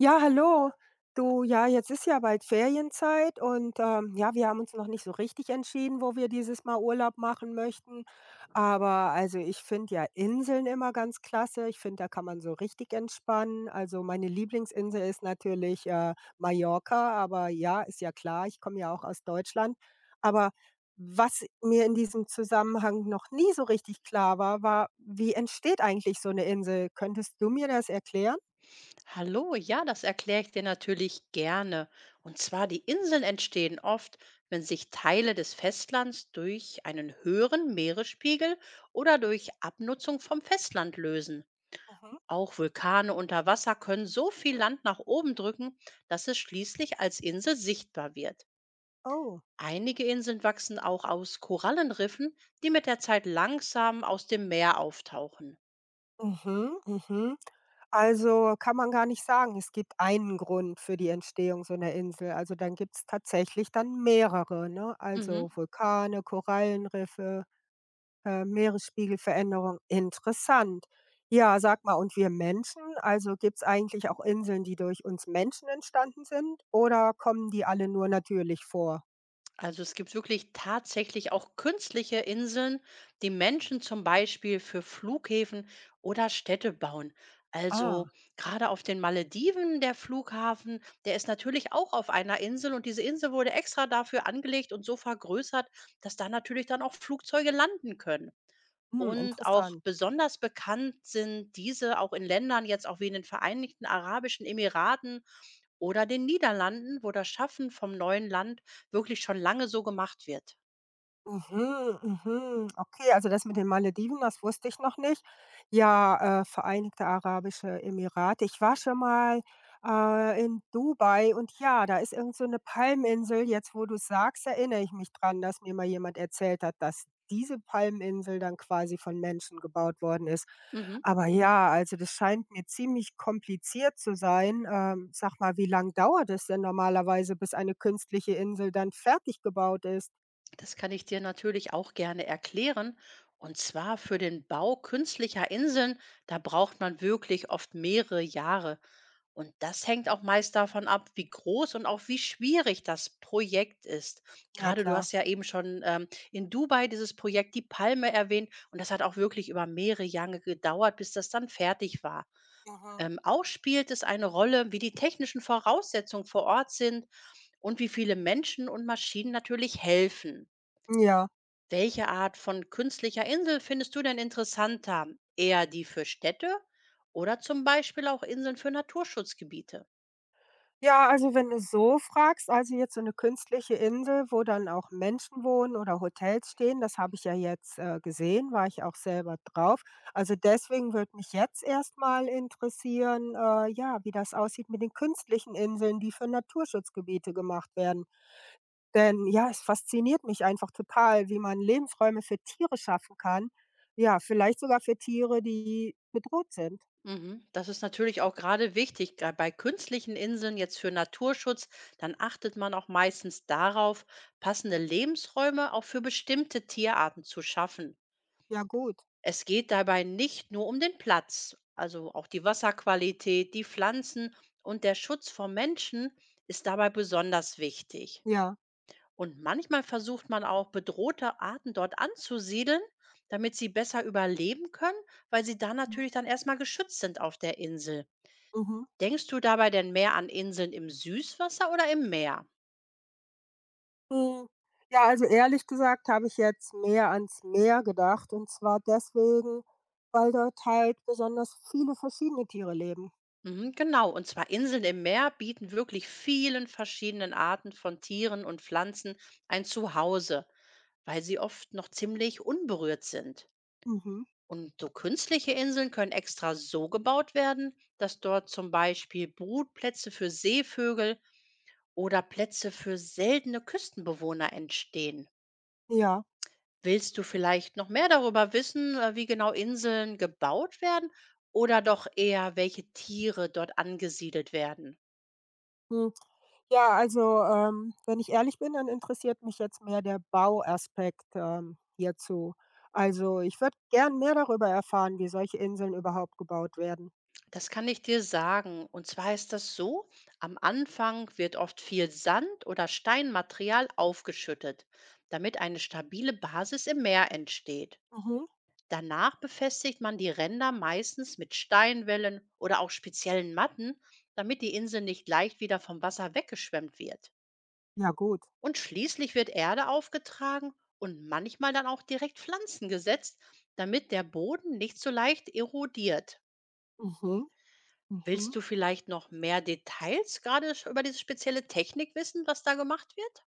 Ja, hallo. Du, ja, jetzt ist ja bald Ferienzeit und ja, wir haben uns noch nicht so richtig entschieden, wo wir dieses Mal Urlaub machen möchten. Aber also ich finde ja Inseln immer ganz klasse. Ich finde, da kann man so richtig entspannen. Also meine Lieblingsinsel ist natürlich Mallorca, aber ja, ist ja klar, ich komme ja auch aus Deutschland. Aber was mir in diesem Zusammenhang noch nie so richtig klar war, war, wie entsteht eigentlich so eine Insel? Könntest du mir das erklären? Hallo, ja, das erkläre ich dir natürlich gerne. Und zwar, die Inseln entstehen oft, wenn sich Teile des Festlands durch einen höheren Meeresspiegel oder durch Abnutzung vom Festland lösen. Mhm. Auch Vulkane unter Wasser können so viel Land nach oben drücken, dass es schließlich als Insel sichtbar wird. Oh. Einige Inseln wachsen auch aus Korallenriffen, die mit der Zeit langsam aus dem Meer auftauchen. Mhm, mhm. Also, kann man gar nicht sagen, es gibt einen Grund für die Entstehung so einer Insel. Also, dann gibt es tatsächlich dann mehrere, ne? Also, Mhm. Vulkane, Korallenriffe, Meeresspiegelveränderung. Interessant. Ja, sag mal, und wir Menschen, also gibt es eigentlich auch Inseln, die durch uns Menschen entstanden sind oder kommen die alle nur natürlich vor? Also es gibt wirklich tatsächlich auch künstliche Inseln, die Menschen zum Beispiel für Flughäfen oder Städte bauen. Ah, Also gerade auf den Malediven, der Flughafen, der ist natürlich auch auf einer Insel, und diese Insel wurde extra dafür angelegt und so vergrößert, dass da natürlich dann auch Flugzeuge landen können. hm, Und auch interessant. besonders bekannt sind diese auch in Ländern jetzt auch wie in den Vereinigten Arabischen Emiraten oder den Niederlanden, wo das Schaffen vom neuen Land wirklich schon lange so gemacht wird. Mhm, mhm. Okay, also das mit den Malediven, das wusste ich noch nicht. Ja, Vereinigte Arabische Emirate. Ich war schon mal in Dubai und ja, da ist irgend so 'ne Palminsel. Jetzt, wo du sagst, erinnere ich mich dran, dass mir mal jemand erzählt hat, dass diese Palminsel dann quasi von Menschen gebaut worden ist. Mhm. Aber ja, also das scheint mir ziemlich kompliziert zu sein. Sag mal, wie lang dauert es denn normalerweise, bis eine künstliche Insel dann fertig gebaut ist? Das kann ich dir natürlich auch gerne erklären. Und zwar für den Bau künstlicher Inseln, da braucht man wirklich oft mehrere Jahre. Und das hängt auch meist davon ab, wie groß und auch wie schwierig das Projekt ist. Ja, Gerade du klar. hast ja eben schon in Dubai dieses Projekt Die Palme erwähnt, und das hat auch wirklich über mehrere Jahre gedauert, bis das dann fertig war. Mhm. Auch spielt es eine Rolle, wie die technischen Voraussetzungen vor Ort sind und wie viele Menschen und Maschinen natürlich helfen. Ja. Welche Art von künstlicher Insel findest du denn interessanter? Eher die für Städte oder zum Beispiel auch Inseln für Naturschutzgebiete? Ja, also wenn du so fragst, also jetzt so eine künstliche Insel, wo dann auch Menschen wohnen oder Hotels stehen, das habe ich ja jetzt, gesehen, war ich auch selber drauf. Also deswegen würde mich jetzt erstmal interessieren, ja, wie das aussieht mit den künstlichen Inseln, die für Naturschutzgebiete gemacht werden. Denn ja, es fasziniert mich einfach total, wie man Lebensräume für Tiere schaffen kann. Ja, vielleicht sogar für Tiere, die bedroht sind. Mhm. Das ist natürlich auch gerade wichtig. Bei künstlichen Inseln jetzt für Naturschutz, dann achtet man auch meistens darauf, passende Lebensräume auch für bestimmte Tierarten zu schaffen. Ja, gut. Es geht dabei nicht nur um den Platz, also auch die Wasserqualität, die Pflanzen und der Schutz vor Menschen ist dabei besonders wichtig. Ja. Und manchmal versucht man auch bedrohte Arten dort anzusiedeln, damit sie besser überleben können, weil sie da Mhm. natürlich dann erstmal geschützt sind auf der Insel. Mhm. Denkst du dabei denn mehr an Inseln im Süßwasser oder im Meer? Hm, ja, also ehrlich gesagt habe ich jetzt mehr ans Meer gedacht, und zwar deswegen, weil dort halt besonders viele verschiedene Tiere leben. Mhm, genau, und zwar Inseln im Meer bieten wirklich vielen verschiedenen Arten von Tieren und Pflanzen ein Zuhause, weil sie oft noch ziemlich unberührt sind. Mhm. Und so künstliche Inseln können extra so gebaut werden, dass dort zum Beispiel Brutplätze für Seevögel oder Plätze für seltene Küstenbewohner entstehen. Ja. Willst du vielleicht noch mehr darüber wissen, wie genau Inseln gebaut werden oder doch eher, welche Tiere dort angesiedelt werden? Hm. Ja, also, wenn ich ehrlich bin, dann interessiert mich jetzt mehr der Bauaspekt, hierzu. Also, ich würde gern mehr darüber erfahren, wie solche Inseln überhaupt gebaut werden. Das kann ich dir sagen. Und zwar ist das so, am Anfang wird oft viel Sand oder Steinmaterial aufgeschüttet, damit eine stabile Basis im Meer entsteht. Mhm. Danach befestigt man die Ränder meistens mit Steinwellen oder auch speziellen Matten, damit die Insel nicht leicht wieder vom Wasser weggeschwemmt wird. Ja, gut. Und schließlich wird Erde aufgetragen und manchmal dann auch direkt Pflanzen gesetzt, damit der Boden nicht so leicht erodiert. Mhm. Mhm. Willst du vielleicht noch mehr Details gerade sch über diese spezielle Technik wissen, was da gemacht wird?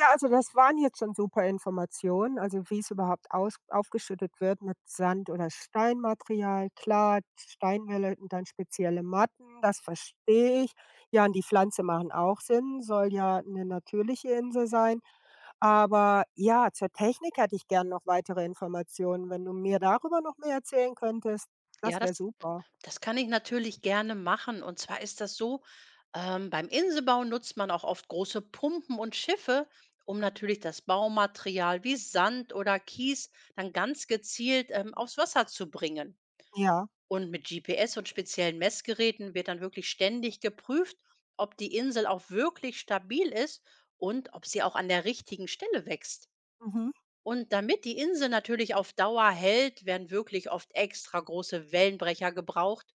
Ja, also das waren jetzt schon super Informationen, also wie es überhaupt aus aufgeschüttet wird mit Sand oder Steinmaterial. Klar, Steinwälle und dann spezielle Matten, das verstehe ich. Ja, und die Pflanze machen auch Sinn, soll ja eine natürliche Insel sein. Aber ja, zur Technik hätte ich gern noch weitere Informationen. Wenn du mir darüber noch mehr erzählen könntest, Ja, das wäre das super. das kann ich natürlich gerne machen. Und zwar ist das so, beim Inselbau nutzt man auch oft große Pumpen und Schiffe, um natürlich das Baumaterial wie Sand oder Kies dann ganz gezielt, aufs Wasser zu bringen. Ja. Und mit GPS und speziellen Messgeräten wird dann wirklich ständig geprüft, ob die Insel auch wirklich stabil ist und ob sie auch an der richtigen Stelle wächst. Mhm. Und damit die Insel natürlich auf Dauer hält, werden wirklich oft extra große Wellenbrecher gebraucht,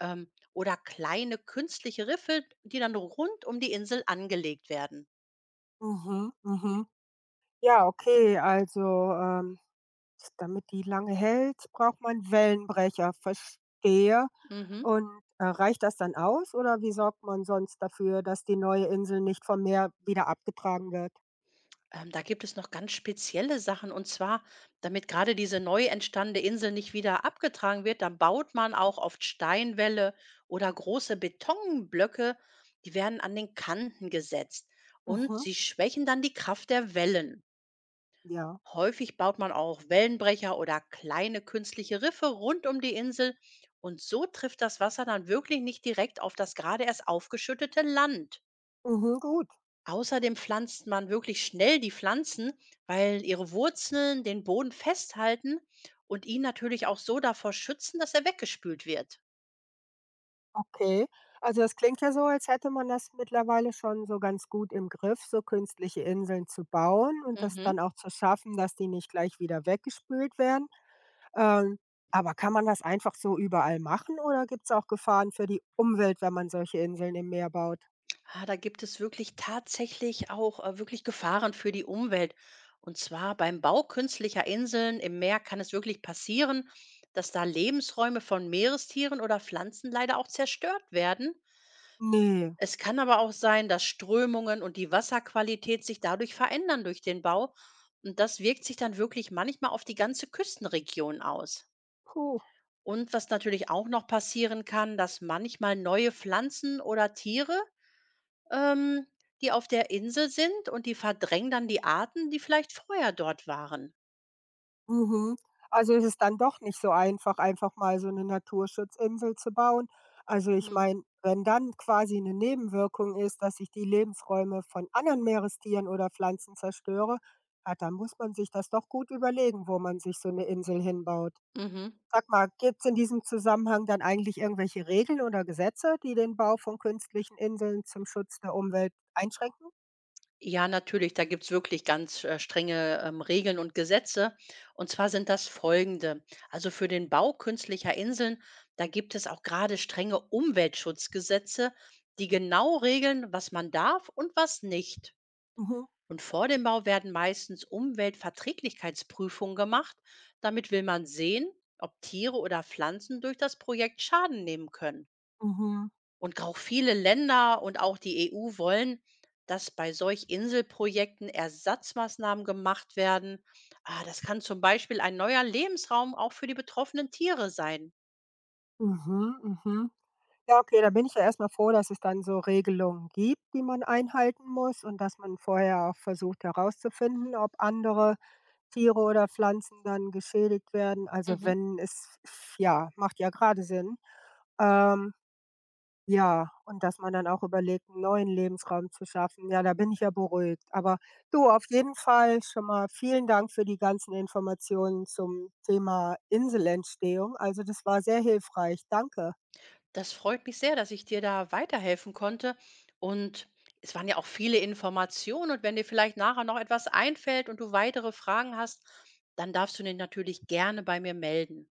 oder kleine künstliche Riffe, die dann rund um die Insel angelegt werden. Mhm. Mhm. Ja, okay, also, ähm, damit die lange hält, braucht man Wellenbrecher, verstehe. Mhm. Und, reicht das dann aus oder wie sorgt man sonst dafür, dass die neue Insel nicht vom Meer wieder abgetragen wird? Da gibt es noch ganz spezielle Sachen, und zwar, damit gerade diese neu entstandene Insel nicht wieder abgetragen wird, dann baut man auch oft Steinwälle oder große Betonblöcke, die werden an den Kanten gesetzt und Mhm, sie schwächen dann die Kraft der Wellen. ja. Häufig baut man auch Wellenbrecher oder kleine künstliche Riffe rund um die Insel, und so trifft das Wasser dann wirklich nicht direkt auf das gerade erst aufgeschüttete Land. Mhm, gut, Außerdem pflanzt man wirklich schnell die Pflanzen, weil ihre Wurzeln den Boden festhalten und ihn natürlich auch so davor schützen, dass er weggespült wird. okay. Also, das klingt ja so, als hätte man das mittlerweile schon so ganz gut im Griff, so künstliche Inseln zu bauen und das Mhm. dann auch zu schaffen, dass die nicht gleich wieder weggespült werden. Ähm, aber kann man das einfach so überall machen oder gibt es auch Gefahren für die Umwelt, wenn man solche Inseln im Meer baut? Ah, da gibt es wirklich tatsächlich auch wirklich Gefahren für die Umwelt. Und zwar beim Bau künstlicher Inseln im Meer kann es wirklich passieren, dass da Lebensräume von Meerestieren oder Pflanzen leider auch zerstört werden. Ne, Es kann aber auch sein, dass Strömungen und die Wasserqualität sich dadurch verändern durch den Bau. Und das wirkt sich dann wirklich manchmal auf die ganze Küstenregion aus. puh, Und was natürlich auch noch passieren kann, dass manchmal neue Pflanzen oder Tiere ähm, die auf der Insel sind, und die verdrängen dann die Arten, die vielleicht vorher dort waren. mhm. Also, ist es dann doch nicht so einfach, einfach mal so eine Naturschutzinsel zu bauen. Also, ich Mhm. meine, wenn dann quasi eine Nebenwirkung ist, dass ich die Lebensräume von anderen Meerestieren oder Pflanzen zerstöre, ah, dann muss man sich das doch gut überlegen, wo man sich so eine Insel hinbaut. Mhm. Sag mal, gibt es in diesem Zusammenhang dann eigentlich irgendwelche Regeln oder Gesetze, die den Bau von künstlichen Inseln zum Schutz der Umwelt einschränken? Ja, natürlich, da gibt's wirklich ganz strenge Regeln und Gesetze. Und zwar sind das folgende. Also für den Bau künstlicher Inseln, da gibt es auch gerade strenge Umweltschutzgesetze, die genau regeln, was man darf und was nicht. Mhm, Und vor dem Bau werden meistens Umweltverträglichkeitsprüfungen gemacht. Damit will man sehen, ob Tiere oder Pflanzen durch das Projekt Schaden nehmen können. mhm, Und auch viele Länder und auch die EU wollen, dass bei solch Inselprojekten Ersatzmaßnahmen gemacht werden. Ah, das kann zum Beispiel ein neuer Lebensraum auch für die betroffenen Tiere sein. mhm, mhm. Ja, okay, da bin ich ja erst mal froh, dass es dann so Regelungen gibt, die man einhalten muss und dass man vorher auch versucht herauszufinden, ob andere Tiere oder Pflanzen dann geschädigt werden. Also Mhm. wenn es ja, macht ja gerade Sinn. Ähm Ja, und dass man dann auch überlegt, 'n neuen Lebensraum zu schaffen. Ja, da bin ich ja beruhigt. Aber du, auf jeden Fall schon mal vielen Dank für die ganzen Informationen zum Thema Inselentstehung. Also, das war sehr hilfreich. Danke. Das freut mich sehr, dass ich dir da weiterhelfen konnte. Und es waren ja auch viele Informationen. Und wenn dir vielleicht nachher noch etwas einfällt und du weitere Fragen hast, dann darfst du dich natürlich gerne bei mir melden.